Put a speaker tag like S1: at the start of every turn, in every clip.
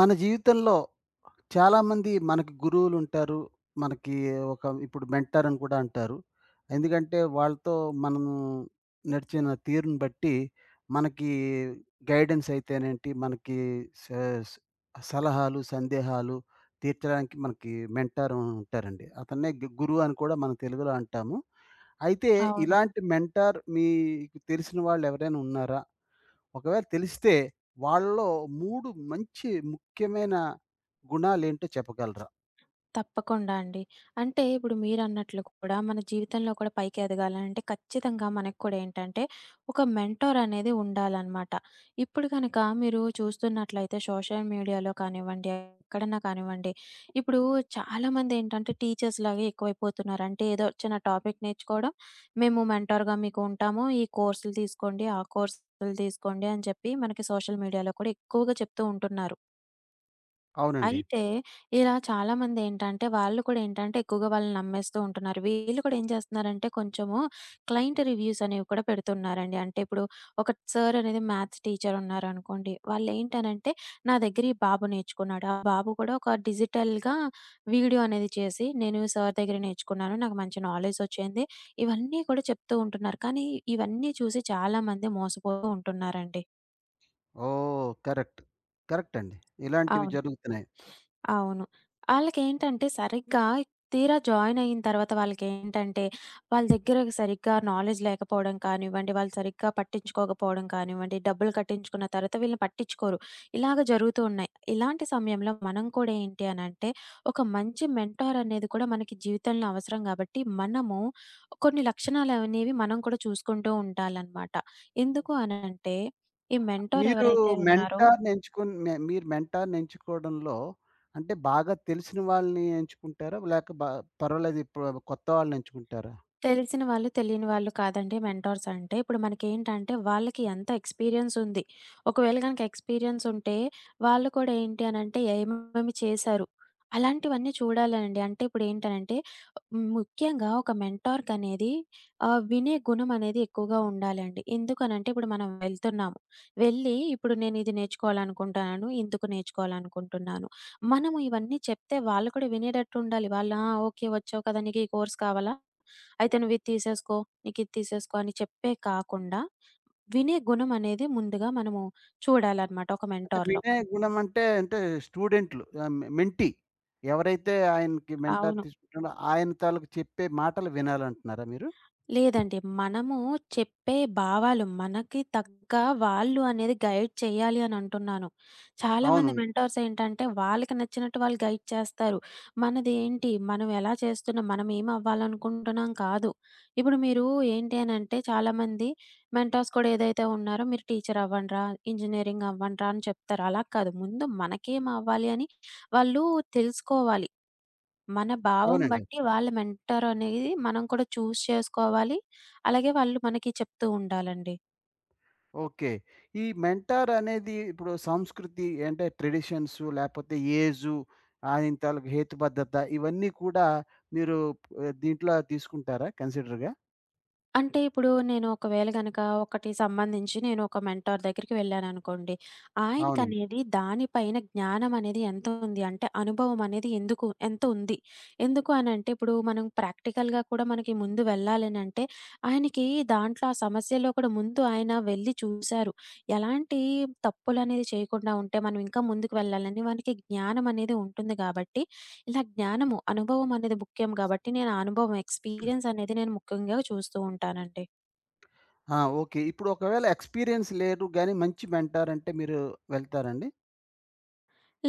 S1: మన జీవితంలో చాలామంది మనకి గురువులుంటారు. మనకి ఇప్పుడు మెంటార్ అని కూడా అంటారు. ఎందుకంటే వాళ్ళతో మనము నడిచిన తీరును బట్టి మనకి గైడెన్స్ అయితేనేంటి, మనకి స స్ సలహాలు, సందేహాలు తీర్చడానికి మనకి మెంటార్ ఉంటారండి. అతన్నే గురువు అని కూడా మనం తెలుగులో అంటాము. అయితే
S2: అవును.
S1: ఇలాంటి మెంటార్ మీకు తెలిసిన వాళ్ళెవరైనా ఉన్నారా? ఒకవేళ తెలిస్తే వాళ్ళలో 3 మంచి ముఖ్యమైన గుణాలేంటో చెప్పగలరా?
S2: తప్పకుండా అండి. అంటే ఇప్పుడు మీరన్నట్లు కూడా మన జీవితంలో కూడా పైకి ఎదగాలంటే ఖచ్చితంగా మనకు కూడా ఏంటంటే ఒక మెంటార్ అనేది ఉండాలనమాట. ఇప్పుడు గనక మీరు చూస్తున్నట్లయితే సోషల్ మీడియాలో కానివ్వండి, ఎక్కడన్నా కానివ్వండి, ఇప్పుడు చాలామంది ఏంటంటే టీచర్స్‌లాగే ఎక్కువైపోతున్నారు. అంటే ఏదో చిన్న టాపిక్ నేర్చుకోవడం, మేము మెంటార్‌గా మీకు ఉంటాము. ఈ కోర్సులు తీసుకోండి, ఆ కోర్సులు తీసుకోండి అని చెప్పి మనకి సోషల్ మీడియాలో కూడా ఎక్కువగా చెప్తూ ఉంటున్నారు.
S1: అవునండి.
S2: అయితే ఇలా చాలామందేంటంటే, వాళ్ళు కూడా ఏంటంటే, ఎక్కువగా వాళ్ళని నమ్మేస్తూ ఉంటున్నారు. వీళ్ళు కూడా ఏం చేస్తున్నారంటే, కొంచెము క్లయింట్ రివ్యూస్ అనేవి కూడా పెడుతున్నారండి. అంటే ఇప్పుడు ఒక సార్ అనేది మ్యాథ్స్ టీచర్ ఉన్నారనుకోండి. వాళ్ళేంటనంటే, నా దగ్గర ఈ బాబు నేర్చుకున్నాడు. ఆ బాబు కూడా ఒక డిజిటల్‌గా వీడియో అనేది చేసి, నేను సార్ దగ్గర నేర్చుకున్నాను. నాకు మంచి నాలెడ్జ్ వచ్చింది. ఇవన్నీ కూడా చెప్తూ ఉంటున్నారు. కానీ, ఇవన్నీ చూసి చాలామంది మోసపోతూ ఉంటున్నారండి.
S1: ఓహ్! కరెక్ట్. కరెక్ట్ అండి. ఇలాంటివి
S2: అవును.
S1: జరుగుతున్నాయి.
S2: అవును. ఆళ్ళకేంటంటే సరిగ్గా తీరా జాయిన్ అయిన తర్వాత వాళ్ళకేంటంటే, వాళ్ళ దగ్గర సరిగ్గా నాలెడ్జ్ లేకపోవడం కానివ్వండి, వాళ్ళు సరిగ్గా పట్టించుకోకపోవడం కానివ్వండి, డబ్బులు కట్టించుకున్న తర్వాత వీళ్ళని పట్టించుకోరు. ఇలాగ జరుగుతూ ఉన్నాయి. ఇలాంటి సమయంలో మనం కూడా ఏంటి అనంటే, ఒక మంచి మెంటార్ అనేది కూడా మనకి జీవితంలో అవసరం గాబట్టి, మనము కొన్ని లక్షణాలనేవి మనం కూడా చూసుకుంటూ ఉండాలనమాట. ఎందుకు అనంటే, ఈ మెంటార్
S1: మీరు
S2: ఎవరైతే ఉన్నారో
S1: మీరు మెంటార్‌ని ఎంచుకోవడంలో అంటే బాగా తెలిసిన వాళ్ళని ఎంచుకుంటారా? లేక పర్వాలేదు, ఇప్పుడు కొత్త వాళ్ళని ఎంచుకుంటారా?
S2: తెలిసిన వాళ్ళు, తెలియని వాళ్ళు కాదండి మెంటార్స్ అంటే. ఇప్పుడు మనకేంటంటే వాళ్ళకి ఎంత ఎక్స్‌పీరియన్స్ ఉంది. ఒకవేళ గనక ఎక్స్‌పీరియన్స్ ఉంటే వాళ్ళు కూడా ఏంటి అనంటే ఏమేమి చేశారు. అలాంటివన్నీ చూడాలండి. అంటే ఇప్పుడేంటనంటే ముఖ్యంగా ఒక మెంటార్‌కనేది వినే గుణం అనేది ఎక్కువగా ఉండాలండి. ఎందుకనంటే ఇప్పుడు మనం వెళ్తున్నాము. వెళ్ళి ఇప్పుడు నేనిది నేర్చుకోవాలనుకుంటున్నాను. ఇందుకు నేర్చుకోవాలనుకుంటున్నాను. మనము ఇవన్నీ చెప్తే వాళ్ళు కూడా వినేటట్టు ఉండాలి. వాళ్ళు "ఆ! ఓకే. వచ్చావు కదా! నీకు ఈ కోర్స్ కావాలా? అయితే నువ్వు ఇది తీసేసుకో. నీకు ఇది తీసేసుకో" అని చెప్పే కాకుండా, వినే గుణం అనేది ముందుగా మనము చూడాలన్నమాట ఒక
S1: అంటే
S2: మెంటార్‌లో.
S1: వినే గుణం అంటే అంటే స్టూడెంట్లు, మెంటీ. ఎవరైతే ఆయనకి మెంటార్
S2: అవును.
S1: తీసుకుంటాడో, ఆయన తాలూకు చెప్పే మాటలు వినాలంటున్నారా మీరు?
S2: లేదండి. మనము చెప్పే భావాలు మనకి తగ్గ వాళ్ళు అనేది గైడ్ చేయాలి అని అంటున్నాను. చాలామంది
S1: అవును.
S2: మెంటార్స్ ఏంటంటే వాళ్ళకి నచ్చినట్టు వాళ్ళు గైడ్ చేస్తారు. మనది ఏంటి మనం ఎలా చేస్తున్నాం, మనం ఏం అవ్వాలనుకుంటున్నాం కాదు. ఇప్పుడు మీరు ఏంటి అనంటే చాలామంది మెంటార్స్ కూడా ఏదైతే ఉన్నారో మీరు టీచర్ అవ్వండిరా, ఇంజినీరింగ్ అవ్వండిరా అని చెప్తారు. అలా కాదు ముందు మనకేం అవ్వాలి అని వాళ్ళు తెలుసుకోవాలి. మన భావం
S1: అవునండి.
S2: బట్టి వాళ్ళ మెంటర్ అనేది మనం కూడా చూజ్ చేసుకోవాలి. అలాగే వాళ్ళు మనకి చెప్తూ ఉండాలండి.
S1: ఓకే. ఈ మెంటార్ అనేది ఇప్పుడు సంస్కృతి అంటే ట్రెడిషన్స్, లేపోతే ఏజు, ఆయన తాలూకు హేతుబద్ధత, ఇవన్నీ కూడా మీరు దీంట్లో తీసుకుంటారా కన్సిడర్‌గా?
S2: అంటే ఇప్పుడు నేను ఒకవేళ గనక ఒకటి సంబంధించి నేను ఒక మెంటార్ దగ్గరికి వెళ్ళాననుకోండి.
S1: అవునండి.
S2: ఆయనకనేది దానిపైన జ్ఞానం అనేది ఎంత ఉంది అంటే అనుభవం అనేది ఎందుకు ఎంత ఉంది. ఎందుకు అనంటే ఇప్పుడు మనం ప్రాక్టికల్‌గా కూడా మనకి ముందు వెళ్ళాలనంటే ఆయనకి దాంట్లో ఆ సమస్యలో కూడా ముందు ఆయన వెళ్ళి చూసారు. ఎలాంటి తప్పులనేది చేయకుండా ఉంటే మనం ఇంకా ముందుకు వెళ్ళాలని మనకి జ్ఞానం అనేది ఉంటుంది కాబట్టి ఇలా జ్ఞానము, అనుభవం అనేది ముఖ్యం గాబట్టి, నేను ఆ అనుభవం ఎక్స్‌పీరియన్స్ అనేది నేను ముఖ్యంగా చూస్తూ ఉంటానండి.
S1: ఆ! ఓకే. ఇప్పుడు ఒకవేళ ఎక్స్‌పీరియన్స్ లేదు, గానీ మంచి మెంటార్ అంటే మీరు వెళ్తారండి?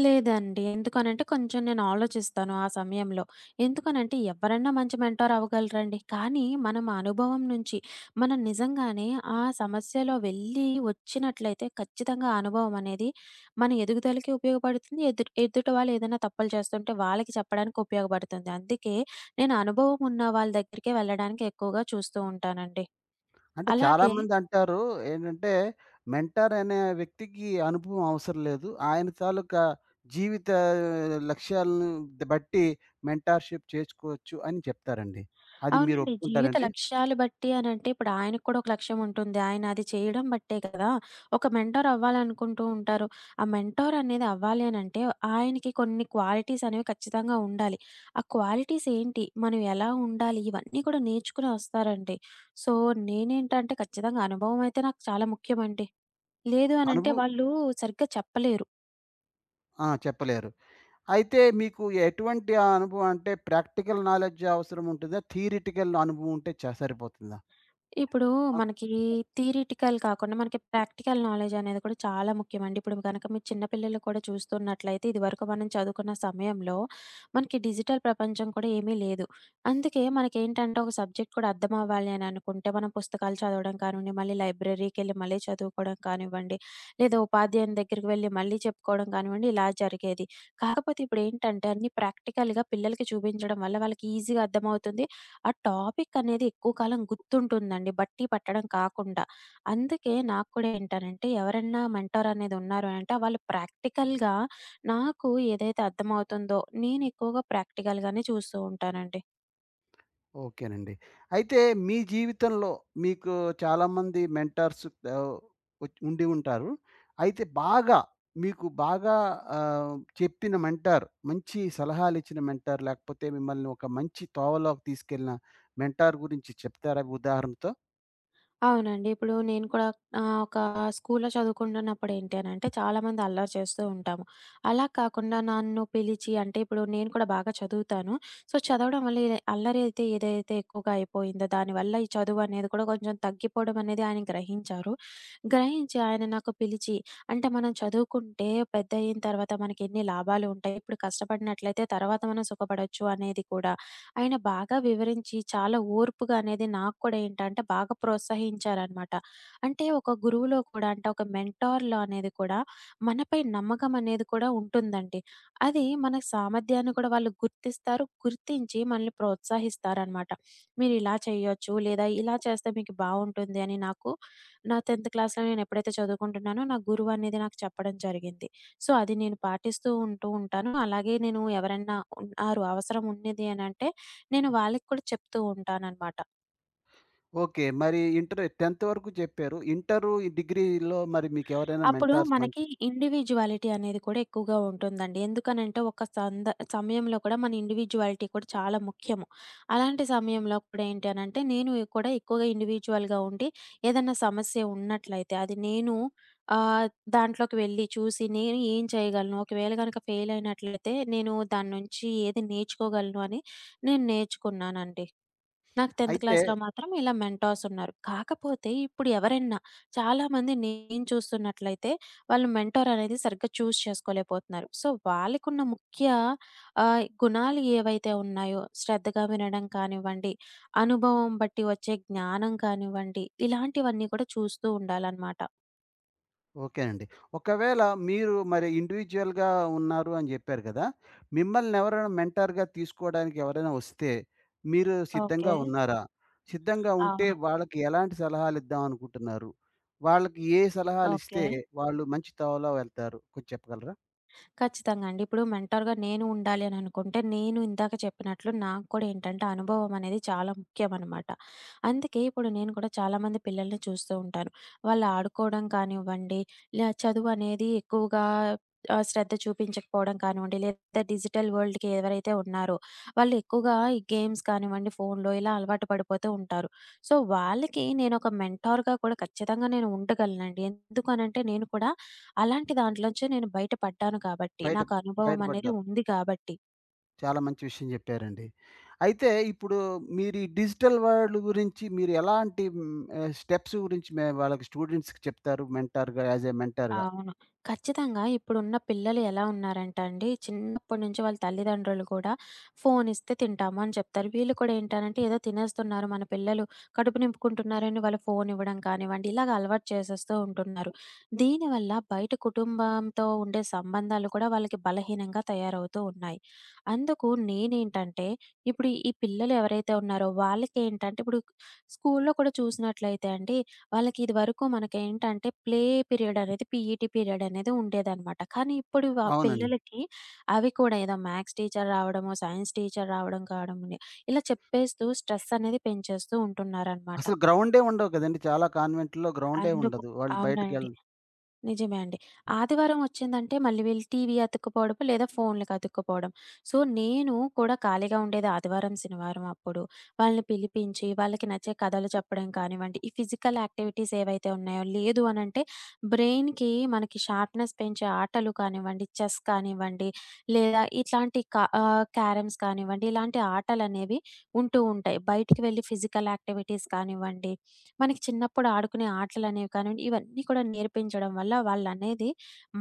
S2: లేదండి. ఎందుకనంటే, కొంచెం నేను ఆలోచిస్తాను ఆ సమయంలో. ఎందుకనంటే, ఎవరన్నా మంచి మెంటార్ అవ్వగలరండి. కానీ, మనం ఆ అనుభవం నుంచి, మనం నిజంగానే ఆ సమస్యలో వెళ్ళి వచ్చినట్లయితే, ఖచ్చితంగా ఆ అనుభవం అనేది మన ఎదుగుదలకి ఉపయోగపడుతుంది. ఎదుటి వాళ్ళు ఏదైనా తప్పులు చేస్తుంటే, వాళ్ళకి చెప్పడానికి ఉపయోగపడుతుంది. అందుకే, నేను అనుభవం ఉన్న వాళ్ళ దగ్గరికే వెళ్ళడానికి ఎక్కువగా చూస్తూ ఉంటానండి.
S1: అంటే
S2: అలాగే
S1: చాలామంది అంటారు ఏంటంటే, మెంటార్ అనే వ్యక్తికి అనుభవం అవసరం లేదు. ఆయన తాలూకా జీవిత లక్ష్యాలను బట్టి మెంటార్‌షిప్ చేసుకోవచ్చు అని చెప్తారండి. అది మీరు
S2: అవునండి. జీవిత
S1: ఒప్పుకుంటారండి?
S2: లక్ష్యాలు బట్టి అనంటే, ఇప్పుడు ఆయనకు కూడా ఒక లక్ష్యం ఉంటుంది. ఆయన అది చేయడం బట్టే కదా! ఒక మెంటార్ అవ్వాలనుకుంటూ ఉంటారు. ఆ మెంటార్ అనేది అవ్వాలి అనంటే, ఆయనకి కొన్ని క్వాలిటీస్ అనేవి ఖచ్చితంగా ఉండాలి. ఆ క్వాలిటీస్ ఏంటి? మనం ఎలా ఉండాలి? ఇవన్నీ కూడా నేర్చుకుని వస్తారండి. సో, నేనేంటంటే ఖచ్చితంగా అనుభవం అయితే నాకు చాలా ముఖ్యమండి. లేదు అనంటే,
S1: అనుభవం.
S2: వాళ్ళు సరిగ్గా చెప్పలేరు.
S1: ఆ! చెప్పలేరు. అయితే మీకు ఎటువంటి అనుభవం అంటే ప్రాక్టికల్ నాలెడ్జ్ అవసరం ఉంటుందా? థియరిటికల్ అనుభవం ఉంటే సరిపోతుందా?
S2: ఇప్పుడు మనకి థియరిటికల్ కాకుండా మనకి ప్రాక్టికల్ నాలెడ్జ్ అనేది కూడా చాలా ముఖ్యమండి. ఇప్పుడు గనక మీరు చిన్న పిల్లలు కూడా చూస్తున్నట్లయితే ఇదివరకు మనం చదువుకున్న సమయంలో మనకి డిజిటల్ ప్రపంచం కూడా ఏమీ లేదు. అందుకే మనకేంటంటే ఒక సబ్జెక్ట్ కూడా అర్థం అవ్వాలి అని అనుకుంటే మనం పుస్తకాలు చదవడం కానివ్వండి, మళ్ళీ లైబ్రరీకెళ్ళి మళ్ళీ చదువుకోవడం కానివ్వండి, లేదా ఉపాధ్యాయుని దగ్గరికి వెళ్ళి మళ్ళీ చెప్పుకోవడం కానివ్వండి ఇలా జరిగేది. కాకపోతే ఇప్పుడేంటంటే అన్నీ ప్రాక్టికల్‌గా పిల్లలకి చూపించడం వల్ల వాళ్ళకి ఈజీగా అర్థమవుతుంది. ఆ టాపిక్ అనేది ఎక్కువ కాలం గుర్తుంటుందండి. బట్టి పట్టడం కాకుండా. అందుకే నాకు కూడా ఏంటనంటే ఎవరన్నా మెంటార్ అనేది ఉన్నారు అనంటే వాళ్ళు ప్రాక్టికల్‌గా నాకు ఏదైతే అర్థమవుతుందో నేను ఎక్కువగా ప్రాక్టికల్‌గానే చూస్తూ ఉంటానండి.
S1: ఓకేనండి. అయితే మీ జీవితంలో మీకు చాలామంది మెంటార్స్ ఆహ్, ఉండి ఉంటారు. అయితే మీకు బాగా చెప్పిన మెంటార్, మంచి సలహాలిచ్చిన మెంటార్, లేకపోతే మిమ్మల్ని ఒక మంచి తోవలోకి తీసుకెళ్ళిన మెంటార్ గురించి చెప్తారా ఉదాహరణతో?
S2: అవునండి. ఇప్పుడు నేను కూడా ఒక స్కూల్‌లో చదువుకుంటున్నప్పుడు ఏంటి అనంటే చాలామంది అల్లరి చేస్తూ ఉంటాము. అలా కాకుండా నన్ను పిలిచి అంటే ఇప్పుడు నేను కూడా బాగా చదువుతాను. సో, చదవడం వల్ల ఇది అల్లరి అయితే ఏదైతే ఎక్కువగా అయిపోయిందో దానివల్ల ఈ చదువనేది కూడా కొంచెం తగ్గిపోవడం అనేది ఆయన గ్రహించారు. గ్రహించి ఆయన నాకు పిలిచి అంటే మనం చదువుకుంటే పెద్దయిన తర్వాత మనకెన్ని లాభాలు ఉంటాయి. ఇప్పుడు కష్టపడినట్లయితే తర్వాత మనం సుఖపడొచ్చు అనేది కూడా ఆయన బాగా వివరించి చాలా ఓర్పుగా అనేది నాకు కూడా ఏంటంటే బాగా ప్రోత్సహించారనమాట. అంటే ఒక గురువులో కూడా అంటే ఒక మెంటార్‌లో అనేది కూడా మనపై నమ్మకం అనేది కూడా ఉంటుందండి. అది మన సామర్థ్యాన్ని కూడా వాళ్ళు గుర్తిస్తారు. గుర్తించి మనల్ని ప్రోత్సహిస్తారనమాట. మీరు ఇలా చేయొచ్చు లేదా ఇలా చేస్తే మీకు బావుంటుంది అని నాకు నా 10థ్ క్లాస్‌లో నేను ఎప్పుడైతే చదువుకుంటున్నానో నా గురువు అనేది నాకు చెప్పడం జరిగింది. సో, అది నేను పాటిస్తూ ఉంటూ ఉంటాను. అలాగే నేను ఎవరన్నా ఉన్నారు అవసరం ఉన్నది అనంటే నేను వాళ్ళకి కూడా చెప్తూ ఉంటాననమాట.
S1: ఓకే. మరి ఇంటర్, 10థ్ వరకు చెప్పారు. ఇంటరు, డిగ్రీలో మరి మీకెవరైనా
S2: అప్పుడు
S1: మెంటార్స్ మంచి?
S2: మనకి ఇండివిడ్యువాలిటీ అనేది కూడా ఎక్కువగా ఉంటుందండి. ఎందుకనంటే ఒక సమయంలో కూడా మన ఇండివిడ్యువాలిటీ కూడా చాలా ముఖ్యము. అలాంటి సమయంలో కూడా ఏంటి అనంటే నేను కూడా ఎక్కువగా ఇండివిడ్యువల్‌గా ఉండి ఏదన్నా సమస్య ఉన్నట్లయితే అది నేను ఆహ్, దాంట్లోకి వెళ్లి చూసి నేను ఏం చేయగలను? ఒకవేళ గనక ఫెయిల్ అయినట్లయితే నేను దాన్నుంచి ఏది నేర్చుకోగలను అని నేను నేర్చుకున్నానండి. నాకు 10థ్
S1: అయితే
S2: క్లాస్‌లో మాత్రం ఇలా మెంటార్స్ ఉన్నారు. కాకపోతే ఇప్పుడు ఎవరైనా చాలామంది నేను చూస్తున్నట్లయితే వాళ్ళు మెంటార్ అనేది సరిగ్గా చూజ్ చేసుకోలేకపోతున్నారు. సో, వాళ్ళకున్న ముఖ్య గుణాలు ఏవైతే ఉన్నాయో శ్రద్ధగా వినడం కానివ్వండి, అనుభవం బట్టి వచ్చే జ్ఞానం కానివ్వండి, ఇలాంటివన్నీ కూడా చూస్తూ ఉండాలనమాట.
S1: ఓకేనండి. ఒకవేళ మీరు మరి ఇండివిడ్యుయల్‌గా ఉన్నారు అని జెప్పారు గదా! మిమ్మల్ని ఎవరైనా మెంటార్‌గా తీసుకోవడానికి ఎవరైనా వస్తే, మీరు సిద్ధంగా
S2: ఓకే.
S1: ఉన్నారా? సిద్ధంగా ఉంటే
S2: అవును.
S1: వాళ్ళకి ఎలాంటి సలహాలిద్దాం అనుకుంటున్నారు? వాళ్ళకి ఏ సలహాలిస్తే
S2: ఓకే.
S1: వాళ్ళు మంచి త్రోవలో వెళ్తారు? కొంచెం చెప్పగలరా?
S2: ఖచ్చితంగా అండి. ఇప్పుడు మెంటార్‌గా నేను ఉండాలి అని అనుకుంటే, నేను ఇందాక చెప్పినట్లు నాకు కూడా ఏంటంటే, అనుభవం అనేది చాలా ముఖ్యమనమాట. అందుకే ఇప్పుడు నేను కూడా చాలామంది పిల్లల్ని చూస్తూ ఉంటాను. వాళ్ళు ఆడుకోవడం కానివ్వండి, ఇలా చదువు అనేది ఎక్కువగా శ్రద్ధ చూపించకపోవడం కానివ్వండి, లేదా డిజిటల్ వరల్డ్‌కి ఎవరైతే ఉన్నారో, వాళ్ళు ఎక్కువగా ఈ గేమ్స్ కానివ్వండి, ఫోన్‌లో ఇలా అలవాటు పడిపోతూ ఉంటారు. సో, వాళ్ళకి నేనొక మెంటార్‌గా కూడా ఖచ్చితంగా నేను ఉండగలనండి. ఎందుకనంటే, నేను కూడా అలాంటి దాంట్లోంచి నేను బయట పడ్డాను కాబట్టి,
S1: బయట
S2: నాకు అనుభవం అనేది
S1: బయటపడ్డారు.
S2: ఉంది కాబట్టి,
S1: చాలా మంచి విషయం జెప్పారండి. అయితే ఇప్పుడు మీరు ఈ డిజిటల్ వరల్డ్ గురించి మీరు ఎలాంటి స్టెప్స్ గురించి వాళ్ళకి, స్టూడెంట్స్‌కి చెప్తారు మెంటార్‌గా, యాస్ ఎ మెంటార్‌గా?
S2: అవును. ఖచ్చితంగా ఇప్పుడున్న పిల్లలు ఎలా ఉన్నారంటే అండి, చిన్నప్పటి నుంచి వాళ్ళ తల్లిదండ్రులు కూడా ఫోను ఇస్తే తింటాము అని చెప్తారు. వీళ్ళు కూడా ఏంటనంటే ఏదో తినేస్తున్నారు మన పిల్లలు, కడుపు నింపుకుంటున్నారని వాళ్ళు ఫోను ఇవ్వడం కానివ్వండి, ఇలాగ అలవాటు చేసేస్తూ ఉంటున్నారు. దీనివల్ల బయట కుటుంబంతో ఉండే సంబంధాలు కూడా వాళ్ళకి బలహీనంగా తయారవుతూ ఉన్నాయి. అందుకు నేనేంటంటే, ఇప్పుడు ఈ పిల్లలు ఎవరైతే ఉన్నారో వాళ్ళకేంటంటే ఇప్పుడు స్కూలులో కూడా చూసినట్లయితే అండి వాళ్ళకి ఇదివరకు మనకేంటంటే ప్లే పీరియడ్ అనేది పీఈటీ పీరియడ్ అనేది ఉండేదనమాట. కానీ ఇప్పుడు
S1: అవునండి.
S2: పిల్లలకి అవి కూడా ఏదో మ్యాథ్స్ టీచర్ రావడమో, సైన్స్ టీచర్ కావడం ఇలా చెప్పేస్తూ స్ట్రెస్ అనేది పెంచేస్తూ ఉంటున్నారనమాట.
S1: అసలు గ్రౌండే ఉండవు కదండీ! చాలా కాన్వెంట్‌లో గ్రౌండే
S2: అందుకు
S1: ఉండదు. వాళ్ళు
S2: అవునండి.
S1: బయటికెళ్
S2: నిజమే అండి. ఆదివారం వచ్చిందంటే మళ్ళీ వీళ్ళు టీవీ అతుక్కుపోవడం, లేదా ఫోన్‌లకి అతుక్కుపోవడం. సో, నేను కూడా ఖాళీగా ఉండేది ఆదివారం, శనివారం అప్పుడు. వాళ్ళని పిలిపించి, వాళ్ళకి నచ్చే కథలు చెప్పడం కానివ్వండి, ఈ ఫిజికల్ యాక్టివిటీస్ ఏవైతే ఉన్నాయో, లేదు అనంటే బ్రెయిన్‌కి మనకి షార్ప్‌నెస్ పెంచే ఆటలు కానివ్వండి, చెస్ కానివ్వండి, లేదా ఇట్లాంటి క్యారమ్స్ కానివ్వండి, ఇలాంటి ఆటలనేవి ఉంటూ ఉంటాయి. బయటికి వెళ్లి ఫిజికల్ యాక్టివిటీస్ కానివ్వండి మనకి చిన్నప్పుడు ఆడుకునే ఆటలనేవి కానివ్వండి, ఇవన్నీ కూడా నేర్పించడం వల్ల వాళ్ళనేది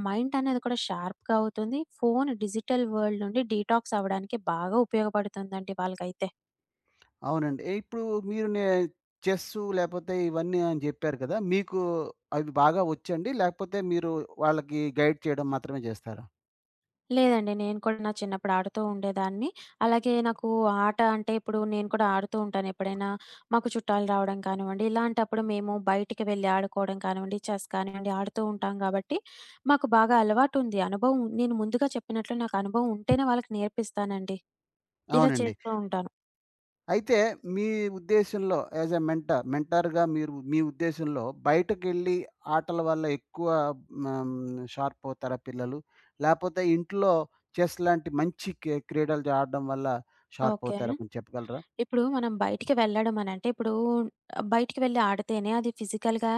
S2: మైండ్ అనేది కూడా షార్ప్‌గా అవుతుంది. ఫోను డిజిటల్ వరల్డ్ నుండి డీటాక్స్ అవ్వడానికి బాగా ఉపయోగపడుతుందండి వాళ్ళకైతే.
S1: అవునండి. ఇప్పుడు మీరు చెస్సు లేపోతే ఇవన్నీ అని జెప్పారు కదా! మీకు అవి బాగా వచ్చండి? లేకపోతే మీరు వాళ్ళకి గైడ్ చేయడం మాత్రమే జేస్తారా?
S2: లేదండి నేను కూడా నా చిన్నప్పుడు ఆడుతూ ఉండేదాన్ని. అలాగే నాకు ఆట అంటే ఇప్పుడు నేను కూడా ఆడుతూ ఉంటాను. ఎప్పుడైనా మాకు చుట్టాలు రావడం కానివ్వండి, ఇలాంటప్పుడు మేము బయటికి వెళ్లి ఆడుకోవడం కానివ్వండి, చెస్ కానివ్వండి ఆడుతూ ఉంటాం కాబట్టి మాకు బాగా అలవాటుంది. అనుభవం నేను ముందుగా చెప్పినట్లు నాకు అనుభవం ఉంటేనే వాళ్ళకి నేర్పిస్తానండి. ఇలా
S1: అవునండి.
S2: చేస్తూ ఉంటాను.
S1: అయితే మీ ఉద్దేశంలో యాస్ ఎ మెంటర్, మెంటర్‌గా మీరు మీ ఉద్దేశంలో బయటకెళ్ళి ఆటల వల్ల ఎక్కువ ఆహ్, షార్ప్ అవుతారా పిల్లలు? లేపోతే ఇంట్లో చెస్ లాంటి మంచి క్రీడలు ఆడడం వల్ల షార్ప్
S2: ఓకే.
S1: అవుతారా? కొంచెం చెప్పగలరా?
S2: ఇప్పుడు మనం బయటికి వెళ్ళడం అనంటే, ఇప్పుడు బయటికి వెళ్లి ఆడితేనే అది ఫిజికల్‌గా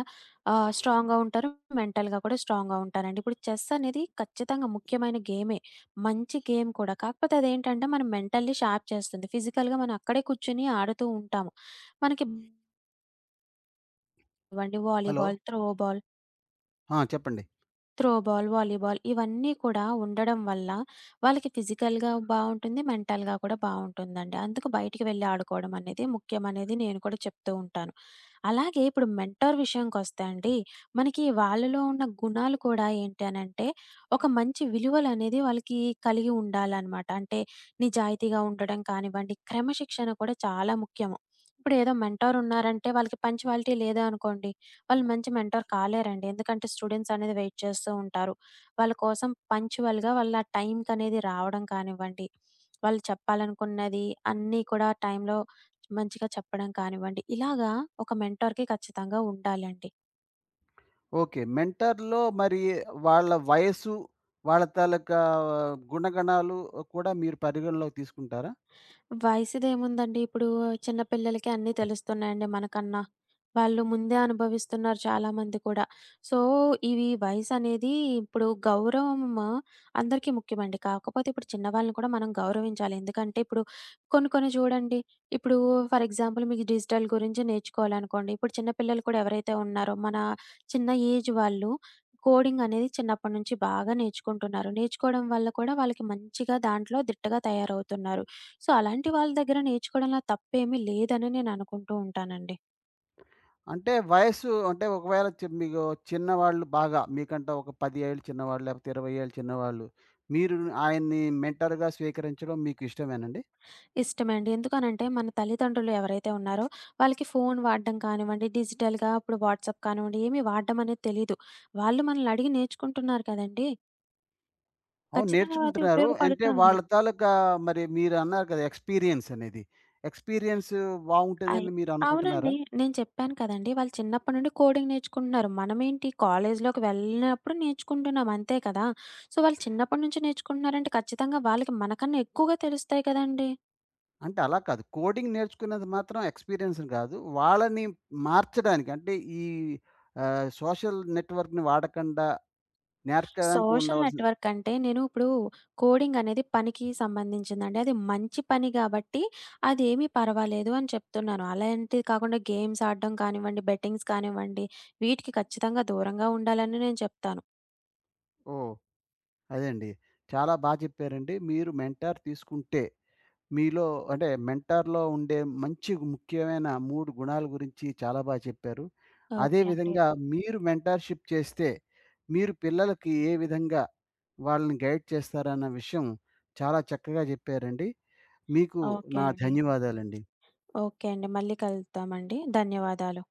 S2: స్ట్రాంగ్‌గా ఉంటారు. మెంటల్‌గా కూడా స్ట్రాంగ్‌గా ఉంటారండి. ఇప్పుడు చెస్ అనేది ఖచ్చితంగా ముఖ్యమైన గేమే. మంచి గేమ్ కూడా. కాకపోతే అదేంటంటే, మనం మెంటల్లీ షార్ప్ చేస్తుంది. ఫిజికల్‌గా మనం అక్కడే కూర్చొని ఆడుతూ ఉంటాము. మనకి ఇవ్వండి
S1: హలో!
S2: వాలీబాల్, త్రో బాల్
S1: ఆ! చెప్పండి.
S2: త్రో బాల్, వాలీబాల్ ఇవన్నీ కూడా ఉండడం వల్ల వాళ్ళకి ఫిజికల్‌గా బావుంటుంది. మెంటల్‌గా కూడా బావుంటుందండి. అందుకు బయటికి వెళ్లి ఆడుకోవడం అనేది ముఖ్యమనేది నేను కూడా చెప్తూ ఉంటాను. అలాగే ఇప్పుడు మెంటార్ విషయంకొస్తే అండి, మనకి వాళ్ళలో ఉన్న గుణాలు కూడా ఏంటి అనంటే, ఒక మంచి విలువలనేది వాళ్ళకి కలిగి ఉండాలనమాట. అంటే నిజాయితీగా ఉండడం కానివ్వండి, క్రమశిక్షణ కూడా చాలా ముఖ్యము. ఇప్పుడేదో మెంటార్ ఉన్నారంటే వాళ్ళకి పంక్చువాలిటీ లేదనుకోండి, వాళ్ళు మంచి మెంటర్ కాలేరండి. ఎందుకంటే స్టూడెంట్స్ అనేది వెయిట్ చేస్తూ ఉంటారు. వాళ్ళ కోసం పంక్చువల్‌గా వాళ్ళ టైంకనేది రావడం కానివ్వండి, వాళ్ళు చెప్పాలనుకున్నది అన్నీ కూడా టైంలో మంచిగా చెప్పడం కానివ్వండి, ఇలాగా ఒక మెంటార్‌కి ఖచ్చితంగా ఉండాలండి.
S1: ఓకే. మెంటర్‌లో మరి వాళ్ళ వయస్సు, వాళ్ళ తాలూకా గుణగణాలు కూడా మీరు పరిగణలోకి తీసుకుంటారా?
S2: వయసుదేముందండి. ఇప్పుడు చిన్న పిల్లలకి అన్నీ తెలుస్తున్నాయండి మనకన్నా. వాళ్ళు ముందే అనుభవిస్తున్నారు చాలామంది కూడా. సో, ఇవి వయసనేది ఇప్పుడు గౌరవం అందరికీ ముఖ్యమండి. కాకపోతే ఇప్పుడు చిన్నవాళ్ళని కూడా మనం గౌరవించాలి. ఎందుకంటే ఇప్పుడు కొన్ని కొన్ని చూడండి. ఇప్పుడు ఫర్ ఎగ్జాంపుల్ మీకు డిజిటల్ గురించి నేర్చుకోవాలనుకోండి. ఇప్పుడు చిన్న పిల్లలు కూడా ఎవరైతే ఉన్నారో మన చిన్న ఏజ్ వాళ్ళు కోడింగ్ అనేది చిన్నప్పటి నుంచి బాగా నేర్చుకుంటున్నారు. నేర్చుకోవడం వల్ల కూడా వాళ్ళకి మంచిగా దాంట్లో దిట్టగా తయారవుతున్నారు. సో, అలాంటి వాళ్ళ దగ్గర నేర్చుకోవడంలో తప్పేమీ లేదని నేను అనుకుంటూ ఉంటానండి.
S1: అంటే వయస్సు అంటే ఒకవేళ మీకు చిన్నవాళ్ళు, బాగా మీకంటే ఒక 10 ఏళ్ళు చిన్నవాళ్ళు, లేకపోతే 20 ఏళ్ళు చిన్నవాళ్ళు, మీరు ఆయన్ని మెంటర్‌గా స్వీకరించడం మీకు ఇష్టమేనండి?
S2: ఇష్టమే అండి. ఎందుకనంటే మన తల్లిదండ్రులు ఎవరైతే ఉన్నారో వాళ్ళకి ఫోను వాడడం కానివ్వండి, డిజిటల్‌గా ఇప్పుడు వాట్సాప్ కానివ్వండి ఏమి వాడడం అనేది తెలీదు. వాళ్ళు మనల్ని అడిగి నేర్చుకుంటున్నారు కదండీ!
S1: అవును.
S2: ఖచ్చితంగా అది
S1: నేర్చుకుంటున్నారు. అంటే
S2: ఉపయోగపడుతుంది.
S1: వాళ్ళ తాలూకా మరి మీరన్నారు కదా ఎక్స్‌పీరియన్స్ అనేది. ఎక్స్‌పీరియన్స్
S2: అయి
S1: బావుంటుందని మీరు అనుకుంటున్నారా?
S2: అవునండి. నేను చెప్పాను కదండీ! వాళ్ళు చిన్నప్పటి నుండి కోడింగ్ నేర్చుకుంటున్నారు. మనమేంటి కాలేజీలోకి వెళ్ళినప్పుడు నేర్చుకుంటున్నాం అంతే కదా! సో, వాళ్ళు చిన్నప్పటి నుంచి నేర్చుకుంటున్నారంటే ఖచ్చితంగా వాళ్ళకి మనకన్నా ఎక్కువగా తెలుస్తాయి కదండీ!
S1: అంటే అలా కాదు. కోడింగ్ నేర్చుకున్నది మాత్రం ఎక్స్‌పీరియన్స్ కాదు. వాళ్ళని మార్చడానికి అంటే ఈ సోషల్ నెట్‌వర్క్‌ని వాడకండా నేర్పడానికి
S2: సోషల్
S1: ఉండవలసిన.
S2: నెట్వర్క్ అంటే నేను ఇప్పుడు కోడింగ్ అనేది పనికి సంబంధించిందండి. అది మంచి పని గాబట్టి అదేమీ పర్వాలేదు అని చెప్తున్నాను. అలాంటిది కాకుండా గేమ్స్ ఆడడం కానివ్వండి, బెట్టింగ్స్ కానివ్వండి, వీటికి ఖచ్చితంగా దూరంగా ఉండాలని నేను చెప్తాను.
S1: ఓహ్! అదే అండి. చాలా చెప్పారండి. మీరు మెంటార్ తీసుకుంటే మీలో అంటే మెంటార్‌లో ఉండే మంచి ముఖ్యమైన 3 గుణాల గురించి చాలా చెప్పారు. అదే
S2: ఓకే అండి.
S1: విధంగా మీరు మెంటార్‌షిప్ చేస్తే మీరు పిల్లలకి ఏ విధంగా వాళ్ళని గైడ్ చేస్తారన్న విషయం చాలా చక్కగా చెప్పారండి. మీకు
S2: ఓకే
S1: నా
S2: అండి.
S1: ధన్యవాదాలండి.
S2: ఓకే అండి. మళ్ళీ కలుద్దామండి. ధన్యవాదాలు.